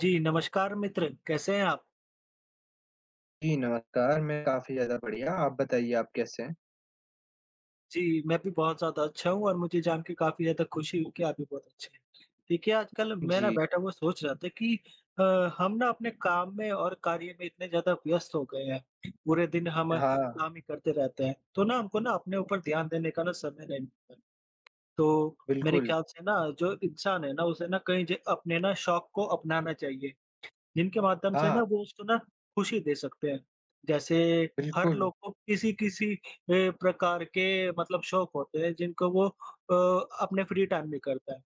जी, नमस्कार मित्र, कैसे हैं आप? जी, नमस्कार, मैं काफ़ी ज़्यादा बढ़िया, आप बताइए आप कैसे हैं? जी, मैं भी बहुत ज़्यादा अच्छा हूँ और मुझे जान के काफ़ी ज़्यादा खुशी हुई कि आप भी बहुत अच्छे हैं। देखिए, आजकल मैं ना जी, बैठा हुआ सोच रहा था कि अ, हम ना अपने काम में और कार्य में इतने ज़्यादा व्यस्त हो गए हैं, पूरे दिन हम हाँ, काम ही करते रहते हैं, तो ना हमको ना अपने ऊपर ध्यान देने का ना समय नहीं मिलता। तो मेरे बिल्कुल, ख्याल से ना जो इंसान है ना, उसे ना कहीं ज अपने ना शौक को अपनाना चाहिए जिनके माध्यम से ना हाँ, वो उसको ना खुशी दे सकते हैं। जैसे हर बिल्कुल, लोग को किसी-किसी प्रकार के मतलब शौक होते हैं जिनको वो अपने फ्री टाइम में करता है।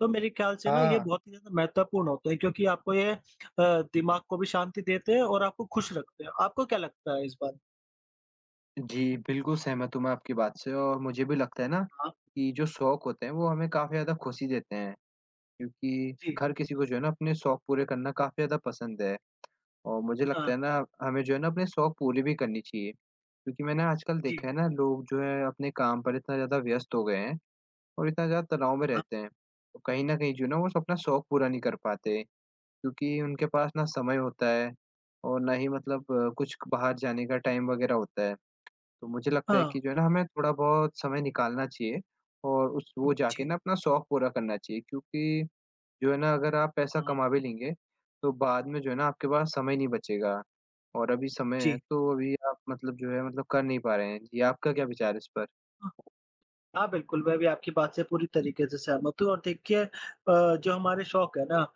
तो मेरे ख्याल से ना ये हाँ, बहुत ही ज़्यादा महत्वपूर्ण होते हैं क्योंकि आपको ये दिमाग को भी शांति देते हैं और आपको खुश रखते हैं। आपको क्या लगता है इस बारे में? जी, बिल्कुल सहमत हूँ मैं आपकी बात से और मुझे भी लगता है ना हाँ, कि जो शौक होते हैं वो हमें काफ़ी ज़्यादा खुशी देते हैं, क्योंकि जी। हर किसी को जो है ना अपने शौक पूरे करना काफ़ी ज़्यादा पसंद है और मुझे लगता हाँ, है ना हमें जो है ना अपने शौक पूरे भी करनी चाहिए, क्योंकि मैंने आजकल जी। देखा है ना लोग जो है अपने काम पर इतना ज़्यादा व्यस्त हो गए हैं और इतना ज़्यादा तनाव में हाँ, रहते हैं। तो कहीं न कहीं जो ना वो अपना शौक पूरा नहीं कर पाते, क्योंकि उनके पास ना समय होता है और ना ही मतलब कुछ बाहर जाने का टाइम वग़ैरह होता है। तो मुझे लगता है हाँ, कि जो है ना हमें थोड़ा बहुत समय निकालना चाहिए और उस वो जाके जी, ना अपना शौक पूरा करना चाहिए क्योंकि जो है ना अगर आप पैसा हाँ, कमा भी लेंगे, तो बाद में जो है ना आपके पास समय नहीं बचेगा और अभी समय है जी, तो अभी आप मतलब जो है मतलब कर नहीं पा रहे हैं। जी, आपका क्या विचार है इस पर? हाँ। हाँ, बिल्कुल, मैं भी आपकी बात से पूरी तरीके से सहमत हूँ और देखिए जो हमारे शौक है ना,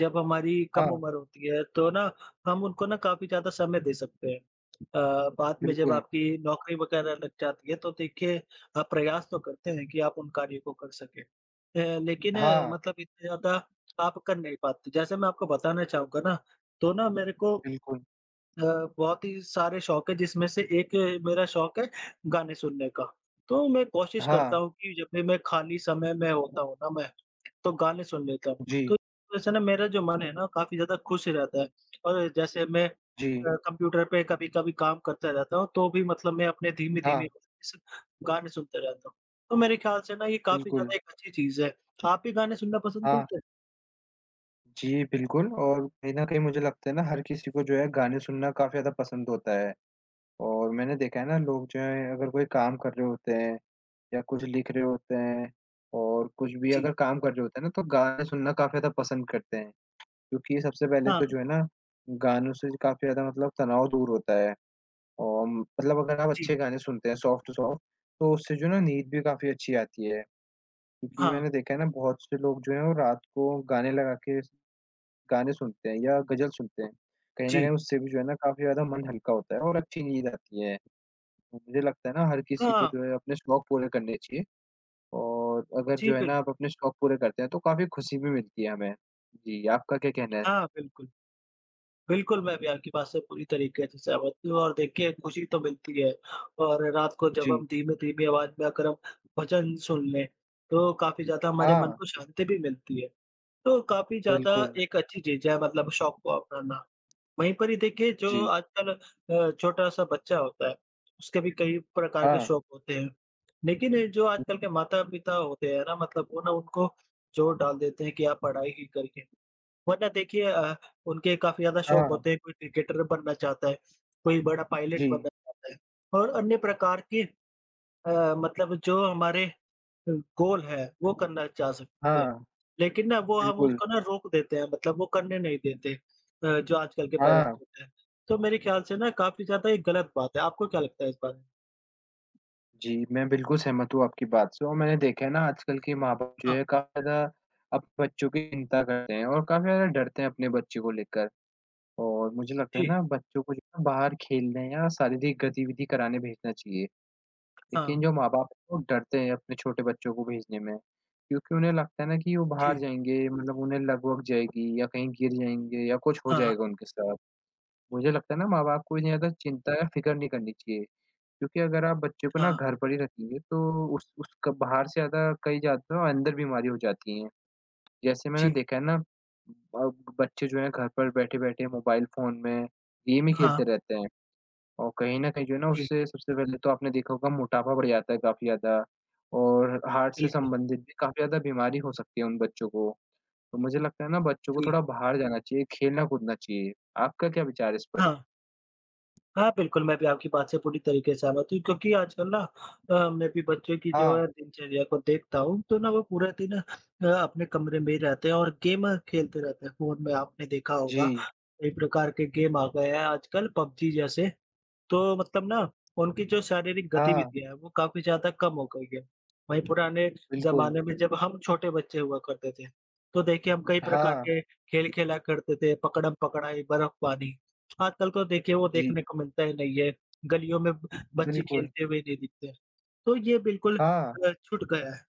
जब हमारी कम हाँ, उम्र होती है, तो ना हम उनको ना काफ़ी ज़्यादा समय दे सकते हैं। बाद में जब बिल्कुल। आपकी नौकरी वगैरह लग जाती है, तो देखिए आप प्रयास तो करते हैं कि आप उन कार्यों को कर सकें। लेकिन हाँ, मतलब इतने ज़्यादा आप कर नहीं पाते। जैसे मैं आपको बताना चाहूँगा ना, तो ना मेरे को बिल्कुल। अ, बहुत ही सारे शौक है जिसमें से एक मेरा शौक है गाने सुनने का। तो मैं कोशिश हाँ, करता हूँ कि जब भी मैं खाली समय में होता हूँ ना मैं, तो गाने सुन लेता हूँ। तो जी, वैसे ना मेरा जो मन है ना काफ़ी ज़्यादा खुश रहता है और जैसे मैं जी। कंप्यूटर पे कभी-कभी काम करता रहता हूँ तो भी मतलब मैं अपने हाँ, धीमी-धीमी स गाने सुनते रहता हूँ। तो मेरे ख्याल से ना ये काफ़ी बिल्कुल। ज़्यादा एक अच्छी चीज़ है। आप भी गाने सुनना पसंद हाँ, करते हैं? जी, बिल्कुल और कहीं न कहीं मुझे लगता है ना हर किसी को जो है गाने सुनना काफ़ी ज़्यादा पसंद होता है और मैंने देखा है ना लोग जो है अगर कोई काम कर रहे होते हैं या कुछ लिख रहे होते हैं और कुछ भी जी। अगर काम कर रहे होते हैं ना तो गाने सुनना काफ़ी ज़्यादा पसंद करते हैं। क्योंकि सबसे पहले हाँ, तो जो है ना गानों से काफ़ी ज़्यादा मतलब तनाव दूर होता है और मतलब अगर आप जी। अच्छे गाने सुनते हैं सॉफ्ट सॉफ्ट तो उससे जो है ना नींद भी काफ़ी अच्छी आती है। क्योंकि हाँ, मैंने देखा है ना बहुत से लोग जो हैं वो रात को गाने लगा के गाने सुनते हैं या ग़ज़ल सुनते हैं। कहीं जी। न कहीं उससे भी जो है ना काफ़ी ज़्यादा मन हल्का होता है और अच्छी नींद आती है। तो मुझे लगता है ना हर किसी को हाँ, जो है अपने शौक पूरे करने चाहिए और अगर जी जो है ना बिल्कुल। आप अपने शौक पूरे करते हैं तो काफ़ी खुशी भी मिलती है हमें। जी, आपका क्या कहना है? हाँ, बिल्कुल। बिल्कुल, मैं भी आपकी बात से पूरी तरीके से सहमत हूँ और देखिए खुशी तो मिलती है और रात को जब जी, हम धीमी-धीमी आवाज़ में अगर हम भजन सुन लें, तो काफ़ी ज़्यादा हमारे मन हाँ, को शांति भी मिलती है। तो काफ़ी ज़्यादा बिल्कुल। एक अच्छी चीज़ है मतलब शौक को अपनाना। वहीं पर ही देखिए जो जी, आजकल छोटा-सा बच्चा होता है, उसके भी कई प्रकार के हाँ, शौक होते हैं। लेकिन ये जो आजकल के माता-पिता होते हैं ना मतलब वो ना उनको जोर डाल देते हैं कि आप पढ़ाई ही करिए। वरना देखिए उनके काफ़ी ज़्यादा शौक हाँ, होते हैं, कोई क्रिकेटर बनना चाहता है, कोई बड़ा पायलट जी, बनना चाहता है और अन्य प्रकार के मतलब जो हमारे अ, गोल हैं, वो करना चाह सकते हैं। हाँ, लेकिन ना वो हम बिल्कुल, उसको ना रोक देते हैं, मतलब वो करने नहीं देते जो आजकल के हाँ। पेरेंट्स होते हैं। तो मेरे ख्याल से ना काफ़ी ज़्यादा ये गलत बात है, आपको क्या लगता है इस बारे में? जी, मैं बिल्कुल सहमत हूँ आपकी बात से और मैंने देखा है ना आजकल के माँ-बाप जो हाँ, है काफ़ी ज़्यादा अब बच्चों की चिंता करते हैं और काफ़ी ज़्यादा डरते हैं अपने बच्चे को लेकर। और मुझे लगता है जी, ना बच्चों को जो है बाहर खेलने या शारीरिक गतिविधि कराने भेजना चाहिए। हाँ, लेकिन जो माँ-बाप हैं वो डरते हैं अपने छोटे बच्चों को भेजने में, क्योंकि उन्हें लगता है ना कि वो बाहर जी, जाएँगे मतलब उन्हें लग वग जाएगी या कहीं गिर जाएँगे या कुछ हो हाँ, जाएगा उनके साथ। मुझे लगता है ना माँ-बाप को इतनी जी, ज़्यादा चिंता या फ़िक्र नहीं करनी चाहिए। क्योंकि अगर आप बच्चे को ना हाँ, घर पर ही रखेंगे तो उस क बाहर से ज़्यादा कई जाते हैं और अंदर बीमारी हो जाती हैं। जैसे मैंने जी, देखा है ना बच्चे जो हैं घर पर बैठे-बैठे मोबाइल फ़ोन में गेम ही हाँ, खेलते रहते हैं और कहीं न कहीं जो है ना जी, उससे सबसे पहले तो आपने देखा होगा मोटापा बढ़ जाता है काफ़ी ज़्यादा और हार्ट से बिल्कुल, संबंधित भी काफ़ी ज़्यादा बीमारी हो सकती है उन बच्चों को। तो मुझे लगता है ना बच्चों को जी, थोड़ा बाहर जाना चाहिए, खेलना-कूदना चाहिए। आपका क्या विचार है इस पर? हाँ। हाँ, बिल्कुल, मैं भी आपकी बात से पूरी तरीके से सहमत हूँ क्योंकि आजकल ना मैं भी बच्चों की जो है हाँ। दिनचर्या को देखता हूँ, तो ना वो पूरा दिन अपने कमरे में ही रहते हैं और गेम खेलते रहते हैं फ़ोन में आपने देखा होगा, जी। कई प्रकार के गेम आ गए हैं आजकल पबजी जैसे। तो मतलब ना, उनकी जो शारीरिक हाँ, गतिविधियाँ है, वो काफ़ी ज़्यादा कम हो गई है। वहीं पुराने बिल्कुल। ज़माने में जब हम छोटे बच्चे हुआ करते थे, तो देखिए हम कई प्रकार हाँ। के खेल खेला करते थे, पकड़म-पकड़ाई, बर्फ़-पानी। आजकल तो देखिए वो जी। देखने को मिलता ही नहीं है, गलियों में ब बच्चे बिल्कुल, खेलते हुए नहीं दिखते। तो ये बिल्कुल हाँ, जी। छूट गया है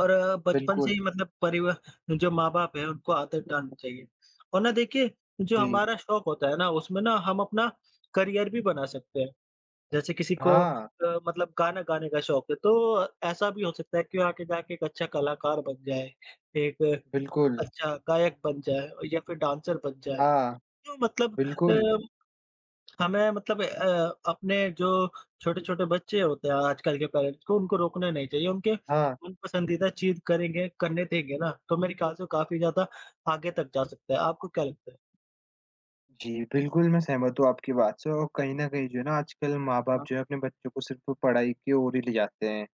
और बचपन से बिल्कुल, ही मतलब परिवा जो माँ-बाप हैं उनको आदत डालनी चाहिए। और ना देखिए, जो जी, हमारा शौक होता है ना, उसमें ना हम अपना करियर भी बना सकते हैं। जैसे किसी को हाँ, मतलब गाना गाने का शौक है, तो ऐसा भी हो सकता है कि वो आगे जाके एक अच्छा कलाकार बन जाए, एक बिल्कुल, अच्छा गायक बन जाए और या फिर डांसर बन जाए। हाँ, तो मतलब अ, बिल्कुल, हमें मतलब अपने जो छोटे-छोटे बच्चे होते हैं आजकल के पेरेंट्स को उनको रोकना नहीं चाहिए, उनके हाँ। मन पसंदीदा चीज़ करेंगे, करने देंगे ना, तो मेरे ख्याल से वो काफ़ी ज़्यादा आगे तक जा सकता है। आपको क्या लगता है? जी, बिल्कुल मैं सहमत हूँ आपकी बात से और कहीं न कहीं जो है ना आजकल माँ-बाप हाँ, जो है अपने बच्चों को सिर्फ़ पढ़ाई की ओर ही ले जाते हैं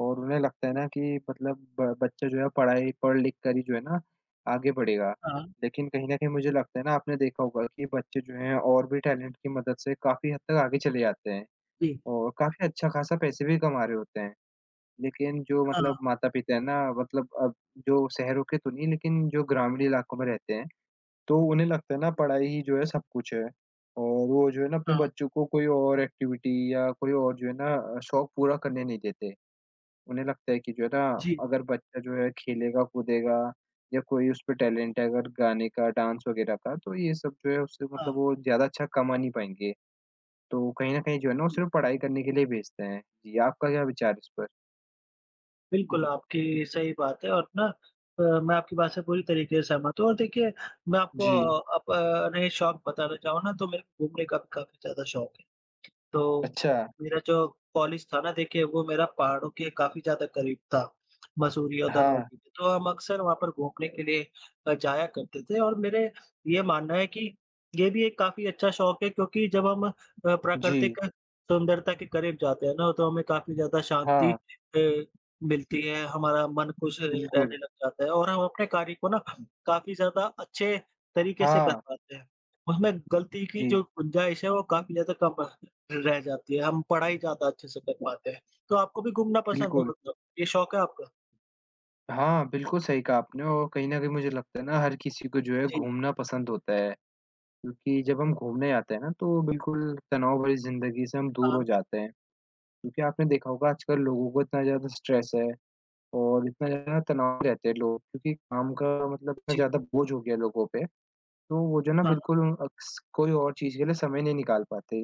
और उन्हें लगता है जी। ना कि मतलब ब बच्चा जो है पढ़ाई पढ़ लिख कर ही जो है ना आगे बढ़ेगा। हाँ, लेकिन कहीं न कहीं मुझे लगता है ना आपने देखा होगा कि बच्चे जो हैं और भी टैलेंट की मदद से काफ़ी हद तक आगे चले जाते हैं जी। और काफ़ी अच्छा-खासा पैसे भी कमा रहे होते हैं। लेकिन जो हाँ, मतलब माता-पिता हैं ना मतलब अब जो शहरों के तो नहीं लेकिन जो ग्रामीण इलाकों में रहते हैं, तो उन्हें लगता है ना पढ़ाई ही जो है सब कुछ है। और वो जो है ना अपने हाँ, बच्चों को कोई और एक्टिविटी या कोई और जो है ना शौक पूरा करने नहीं देते। उन्हें लगता है कि जो है ना जी। अगर बच्चा जो है खेलेगा, कूदेगा या कोई उसपे टैलेंट है अगर गाने का, डांस वगैरह का तो ये सब जो है उससे हाँ, मतलब वो ज़्यादा अच्छा कमा नहीं पाएँगे। तो कहीं न कहीं जो है ना वो जी। सिर्फ़ पढ़ाई करने के लिए भेजते हैं। जी, आपका क्या विचार है इस पर? बिल्कुल, आपकी सही बात है और ना मैं आपकी बात से पूरी तरीके से सहमत हूँ और देखिए मैं आपको जी, अप अपने शौक बताना चाहूँ ना तो मेरे को घूमने का भी काफ़ी ज़्यादा शौक है। तो अच्छा। मेरा जो कॉलेज था ना देखिए वो मेरा पहाड़ों के काफ़ी ज़्यादा करीब था, मसूरी और हाँ, धनौल्टी के। तो हम अक्सर वहाँ पर घूमने के लिए जाया करते थे और मेरे ये मानना है कि ये भी एक काफ़ी अच्छा शौक है क्योंकि जब हम जी। प्राकृतिक सुंदरता के करीब जाते हैं ना तो हमें काफ़ी ज़्यादा शांति हाँ, अ, मिलती है, हमारा मन खुश बिल्कुल। रहने लग जाता है और हम अपने कार्य को ना काफ़ी ज़्यादा अच्छे तरीके से कर हाँ, पाते हैं। उसमें गलती की जो जी, गुंजाइश है वो काफ़ी ज़्यादा कम रह जाती है, हम पढ़ाई ज़्यादा अच्छे से कर पाते हैं। तो आपको भी घूमना पसंद है बिल्कुल। मतलब? ये शौक है आपका? हाँ, बिल्कुल सही कहा आपने और कहीं न कहीं मुझे लगता है ना हर किसी को जो है जी, घूमना पसंद होता है, क्योंकि जब हम घूमने जाते हैं ना तो बिल्कुल तनाव भरी ज़िंदगी से हम दूर हाँ, हो जाते हैं। क्योंकि आपने देखा होगा आजकल लोगों को इतना ज़्यादा स्ट्रेस है और इतना ज़्यादा तनाव रहते हैं लोग क्योंकि काम का मतलब इतना जी, ज़्यादा बोझ हो गया है लोगों पे, तो वो जो है ना हाँ, बिल्कुल अक्स कोई और चीज़ के लिए समय नहीं निकाल पाते।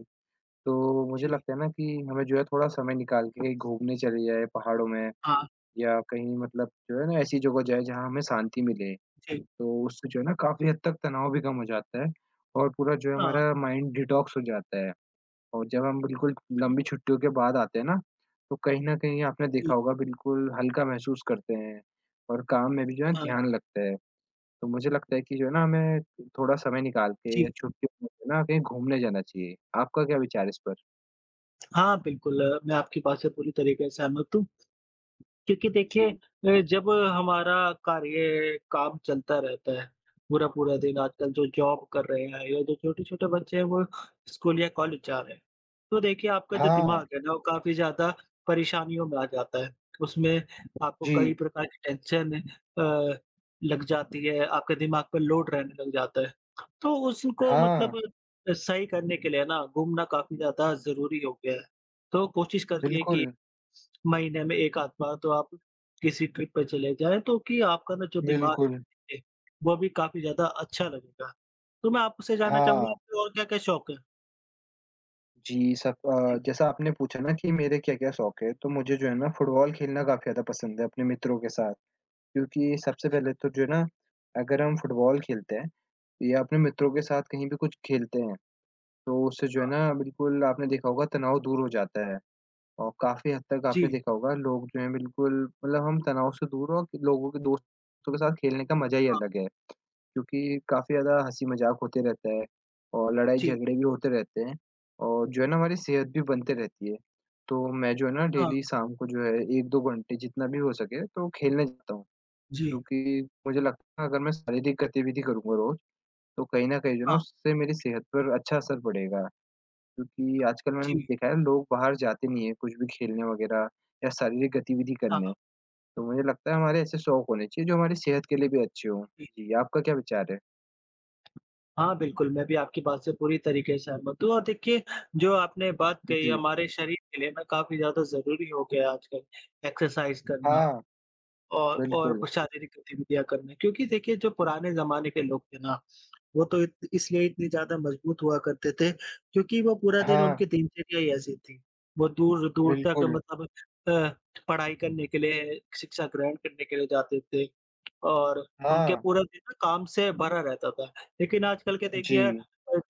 तो मुझे जी, लगता है ना कि हमें जो है थोड़ा समय निकाल के कहीं घूमने चले जाएँ पहाड़ों में हाँ, या कहीं मतलब जो है ना ऐसी जगह जाएँ जहाँ हमें शांति मिले। जी, तो उससे जो है ना काफ़ी हद तक तनाव भी कम हो जाता है और पूरा जो है हाँ, हमारा माइंड डिटॉक्स हो जाता है। और जब हम बिल्कुल लंबी बिल्कुल, छुट्टियों के बाद आते हैं ना, तो कहीं न कहीं आपने जी, देखा होगा बिल्कुल हल्का महसूस करते हैं और काम में भी जो है हाँ, ध्यान लगता है। तो मुझे लगता है कि जो है ना हमें थोड़ा समय निकाल के जी। या छुट्टियों में जो है ना कहीं घूमने जाना चाहिए। आपका क्या विचार है इस पर? हाँ, बिल्कुल मैं आपकी बात से पूरी तरीके से सहमत हूँ। क्योंकि देखिए जी। जब हमारा कार्य काम चलता रहता है, पूरा-पूरा दिन आजकल जो जॉब कर रहे हैं या जो छोटे-छोटे बच्चे हैं वो स्कूल या कॉलेज जा रहे हैं। तो देखिए आपका जो हाँ, दिमाग है ना वो काफ़ी ज़्यादा परेशानियों में आ जाता है। उसमें आपको जी। कई प्रकार की टेंशन लग जाती है, आपके दिमाग पर लोड रहने लग जाता है। तो उसको हाँ, मतलब सही करने के लिए ना घूमना काफ़ी ज़्यादा ज़रूरी हो गया है। तो कोशिश करिए कि बिल्कुल, महीने में एक आध बार तो आप किसी ट्रिप पे चले जाएँ, तो कि आपका ना जो दिमाग है, बिल्कुल। वो भी काफ़ी ज़्यादा अच्छा लगेगा। तो मैं आपसे जानना चाहूँगा हाँ, आपके और क्या-क्या शौक हैं? जी, सब जी, जैसा आपने पूछा ना कि मेरे क्या-क्या शौक है, तो मुझे जो है ना फुटबॉल खेलना काफ़ी ज़्यादा पसंद है अपने मित्रों के साथ। क्योंकि सबसे पहले तो जो है ना, अगर हम फुटबॉल खेलते हैं या अपने मित्रों के साथ कहीं भी कुछ खेलते हैं, तो उससे जो है हाँ, ना बिल्कुल आपने देखा होगा तनाव दूर हो जाता है। और काफ़ी हद तक आपने जी, देखा होगा लोग जो हैं बिल्कुल मतलब हम तनाव से दूर और लोगों के दोस्तों के साथ खेलने का मज़ा ही हाँ, अलग है। क्योंकि काफ़ी ज़्यादा हँसी-मज़ाक होते रहता है और जी, लड़ाई-झगड़े भी होते रहते हैं और जो है ना हमारी सेहत भी बनते रहती है। तो मैं जो है ना हाँ, डेली शाम को जो है 1-2 घंटे जितना भी हो सके तो खेलने जाता हूँ, जी, क्योंकि मुझे लगता है अगर मैं शारीरिक गतिविधि करूँगा रोज़, तो कहीं न कहीं जो है हाँ, ना उससे मेरी सेहत पर अच्छा असर पड़ेगा। क्योंकि आजकल मैंने जी, देखा है लोग बाहर जाते नहीं हैं कुछ भी खेलने वगैरह या शारीरिक गतिविधि हाँ, करने। तो मुझे लगता है हमारे ऐसे शौक होने चाहिए जो हमारी सेहत के लिए भी अच्छे हों। जी। जी, आपका क्या विचार है? हाँ, बिल्कुल, मैं भी आपकी बात से पूरी तरीके से सहमत हूँ और देखिए, जो आपने बात कही जी। हमारे शरीर के लिए ना काफ़ी ज़्यादा ज़रूरी हो गया है आजकल एक्सरसाइज़ करना। हाँ, और बिल्कुल। कुछ शारीरिक गतिविधियाँ करना क्योंकि देखिए जो पुराने ज़माने के लोग थे ना, वो तो इत इसलिए इतने ज़्यादा मज़बूत हुआ करते थे क्योंकि वो पूरा दिन हाँ, उनकी दिनचर्या ही ऐसी थी। वो दूर-दूर तक बिल्कुल। मतलब अ, पढ़ाई करने के लिए, शिक्षा ग्रहण करने के लिए जाते थे और उनके हाँ, पूरा दिन ना काम से भरा रहता था। लेकिन आजकल के जी। देखिए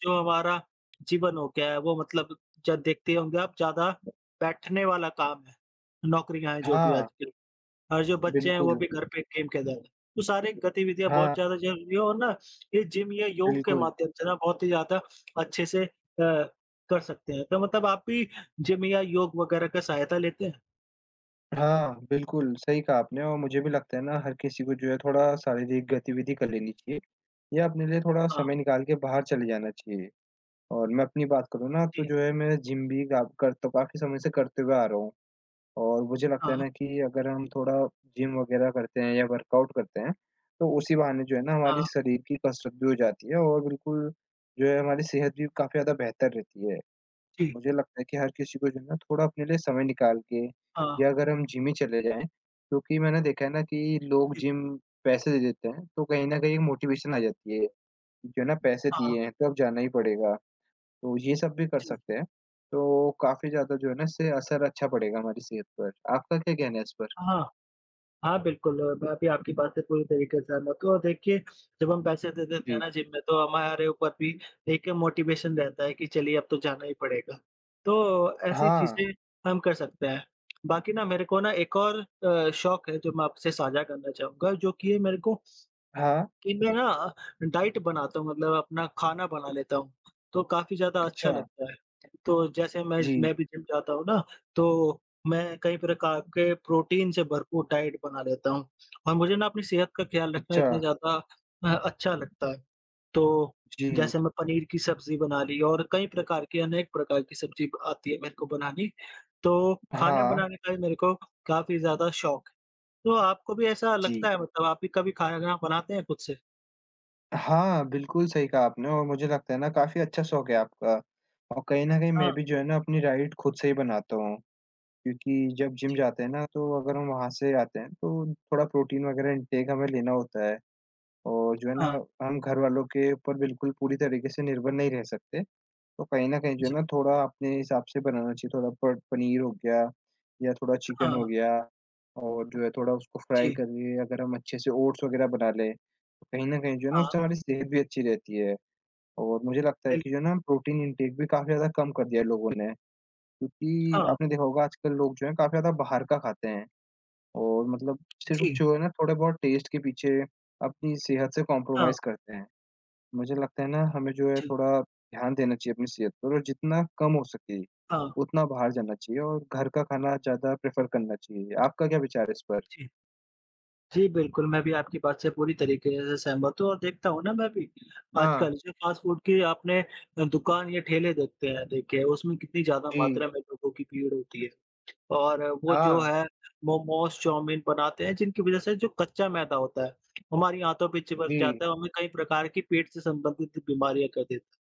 जो हमारा जीवन हो गया है वो मतलब ज देखते होंगे आप ज़्यादा बैठने वाला काम है, नौकरियाँ हैं जो भी हाँ, आजकल। और जो बच्चे हैं वो बिल्कुल। भी घर पे गेम खेल रहे हैं। तो सारी गतिविधियाँ बहुत हाँ, ज़्यादा ज़रूरी है और ना ये जिम या योग के बिल्कुल। माध्यम से ना बहुत ही ज़्यादा अच्छे से कर सकते हैं। तो मतलब आप भी जिम या योग वगैरह का सहायता लेते हैं? हाँ, बिल्कुल, सही कहा आपने और मुझे भी लगता है ना हर किसी को जो है थोड़ा शारीरिक गतिविधि कर लेनी चाहिए, या अपने लिए थोड़ा हाँ, समय निकाल के बाहर चले जाना चाहिए और मैं अपनी बात करूँ ना तो जी। जो है मैं जिम भी गा कर तो काफ़ी समय से करते हुए आ रहा हूँ। और मुझे लगता है हाँ, ना कि अगर हम थोड़ा जिम वगैरह करते हैं या वर्कआउट करते हैं, तो उसी बहाने जो है ना हमारी हाँ, शरीर की कसरत भी हो जाती है और बिल्कुल जो है हमारी सेहत भी काफ़ी ज़्यादा बेहतर रहती है। जी। मुझे लगता है कि हर किसी को जो है ना थोड़ा अपने लिए समय निकाल के हाँ, या अगर हम जिम ही चले जाएँ, क्योंकि मैंने देखा है ना कि लोग जी। जिम पैसे दे देते हैं, तो कहीं न कहीं एक मोटिवेशन आ जाती है, जो है ना पैसे हाँ, दिए हैं तो अब जाना ही पड़ेगा। तो ये सब भी कर जी। सकते हैं। तो काफ़ी ज़्यादा जो है ना इससे असर अच्छा पड़ेगा हमारी सेहत पर। आपका क्या कहना है इस पर? हाँ। हाँ, बिल्कुल, मैं भी आपकी बात से पूरी तरीके से सहमत हूँ और देखिए, जब हम पैसे दे देते हैं जी। ना जिम में, तो हमारे ऊपर भी एक मोटिवेशन रहता है कि चलिए अब तो जाना ही पड़ेगा। तो ऐसी हाँ, चीज़ें हम कर सकते हैं। बाकी ना मेरे को ना एक और शौक है जो मैं आपसे साझा करना चाहूँगा, जो कि है मेरे को हाँ, कि मैं ना डाइट बनाता हूँ मतलब अपना खाना बना लेता हूँ, तो काफ़ी ज़्यादा अच्छा अच्छा, लगता है। तो जैसे मैं जी, भी जिम जाता हूँ ना, तो मैं कई प्रकार के प्रोटीन से भरपूर डाइट बना लेता हूँ और मुझे ना अपनी सेहत का ख़्याल रखना अच्छा, इतना ज़्यादा अच्छा लगता है। तो जी, जैसे मैं पनीर की सब्ज़ी बना ली और कई प्रकार की अनेक प्रकार की सब्ज़ी आती है मेरे को बनानी, तो खाने हाँ, बनाने का भी मेरे को काफ़ी ज़्यादा शौक है। तो आपको भी ऐसा जी। लगता है मतलब आप भी कभी खाना बनाते हैं खुद से? हाँ, बिल्कुल सही कहा आपने और मुझे लगता है ना काफ़ी अच्छा शौक है आपका और कहीं न कहीं हाँ, मैं भी जो है ना अपनी डाइट खुद से ही बनाता हूँ क्योंकि जब जिम जी, जाते हैं ना तो अगर हम वहाँ से आते हैं तो थोड़ा प्रोटीन वग़ैरह इनटेक हमें लेना होता है और जो है ना हाँ, हम घर वालों के ऊपर बिल्कुल पूरी तरीके से निर्भर नहीं रह सकते। तो कहीं न कहीं जो है जी, ना थोड़ा अपने हिसाब से बनाना चाहिए, थोड़ा प पनीर हो गया या थोड़ा चिकन हाँ, हो गया और जो है थोड़ा उसको फ्राई जी, करके अगर हम अच्छे से ओट्स वग़ैरह बना लें, तो कहीं न कहीं जो है ना हाँ, उससे हमारी सेहत भी अच्छी रहती है और मुझे लगता है कि जो है बिल्कुल, ना प्रोटीन इंटेक भी काफ़ी ज़्यादा कम कर दिया है लोगों ने, क्योंकि हाँ, आपने देखा होगा आजकल लोग जो हैं काफ़ी ज़्यादा बाहर का खाते हैं और मतलब सिर्फ़ जी, जो है ना थोड़ा बहुत टेस्ट के पीछे अपनी सेहत से हाँ, कॉम्प्रोमाइज़ करते हैं। मुझे लगता है ना हमें जो है जी, थोड़ा ध्यान देना चाहिए अपनी सेहत पर और जितना कम हो सके, हाँ, उतना बाहर जाना चाहिए और घर का खाना ज़्यादा प्रेफ़र करना चाहिए। आपका क्या विचार है इस पर? जी। जी, बिल्कुल, मैं भी आपकी बात से पूरी तरीके से सहमत हूँ और देखता हूँ ना मैं भी, हाँ, आजकल जो फ़ास्ट फ़ूड की आपने दुकान या ठेले देखते हैं देखे, उसमें कितनी ज़्यादा जी। मात्रा में लोगों की भीड़ होती है और वो जो हाँ, है मोमोज़, चाउमीन बनाते हैं जिनकी वज़ह से जो कच्चा मैदा होता है, हमारी आँतों पे चिपक जी, जाता है और हमें कई प्रकार की पेट से संबंधित बीमारियाँ कर देता है।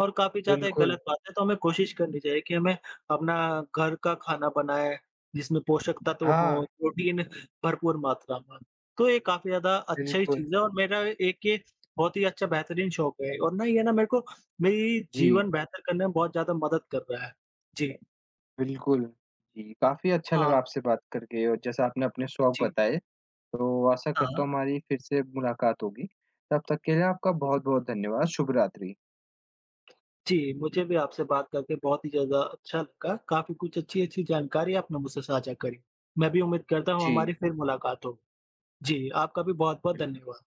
और काफ़ी ज़्यादा एक बिल्कुल। गलत बात है, तो हमें कोशिश करनी चाहिए कि हमें अपना घर का खाना बनाएँ, जिसमें पोषक तत्व हों, हाँ, प्रोटीन भरपूर मात्रा में। तो ये काफ़ी ज़्यादा अच्छी बिल्कुल। चीज़ है और मेरा एक ये बहुत ही अच्छा बेहतरीन शौक है और ना ये ना मेरे को मेरी जी, जीवन बेहतर करने में बहुत ज़्यादा मदद कर रहा है। जी। बिल्कुल। जी, काफ़ी अच्छा लगा हाँ, आपसे बात करके और जैसा आपने अपने शौक जी। बताए, तो आशा करता हाँ। हूँ हमारी फिर से मुलाकात होगी। तब तक के लिए आपका बहुत-बहुत धन्यवाद। शुभ रात्रि। जी, मुझे भी आपसे बात करके बहुत ही ज़्यादा अच्छा लगा। काफ़ी कुछ अच्छी-अच्छी जानकारी आपने मुझसे साझा करी। मैं भी उम्मीद करता हूँ हमारी जी, फिर मुलाकात हो। जी, आपका भी बहुत-बहुत बिल्कुल। धन्यवाद।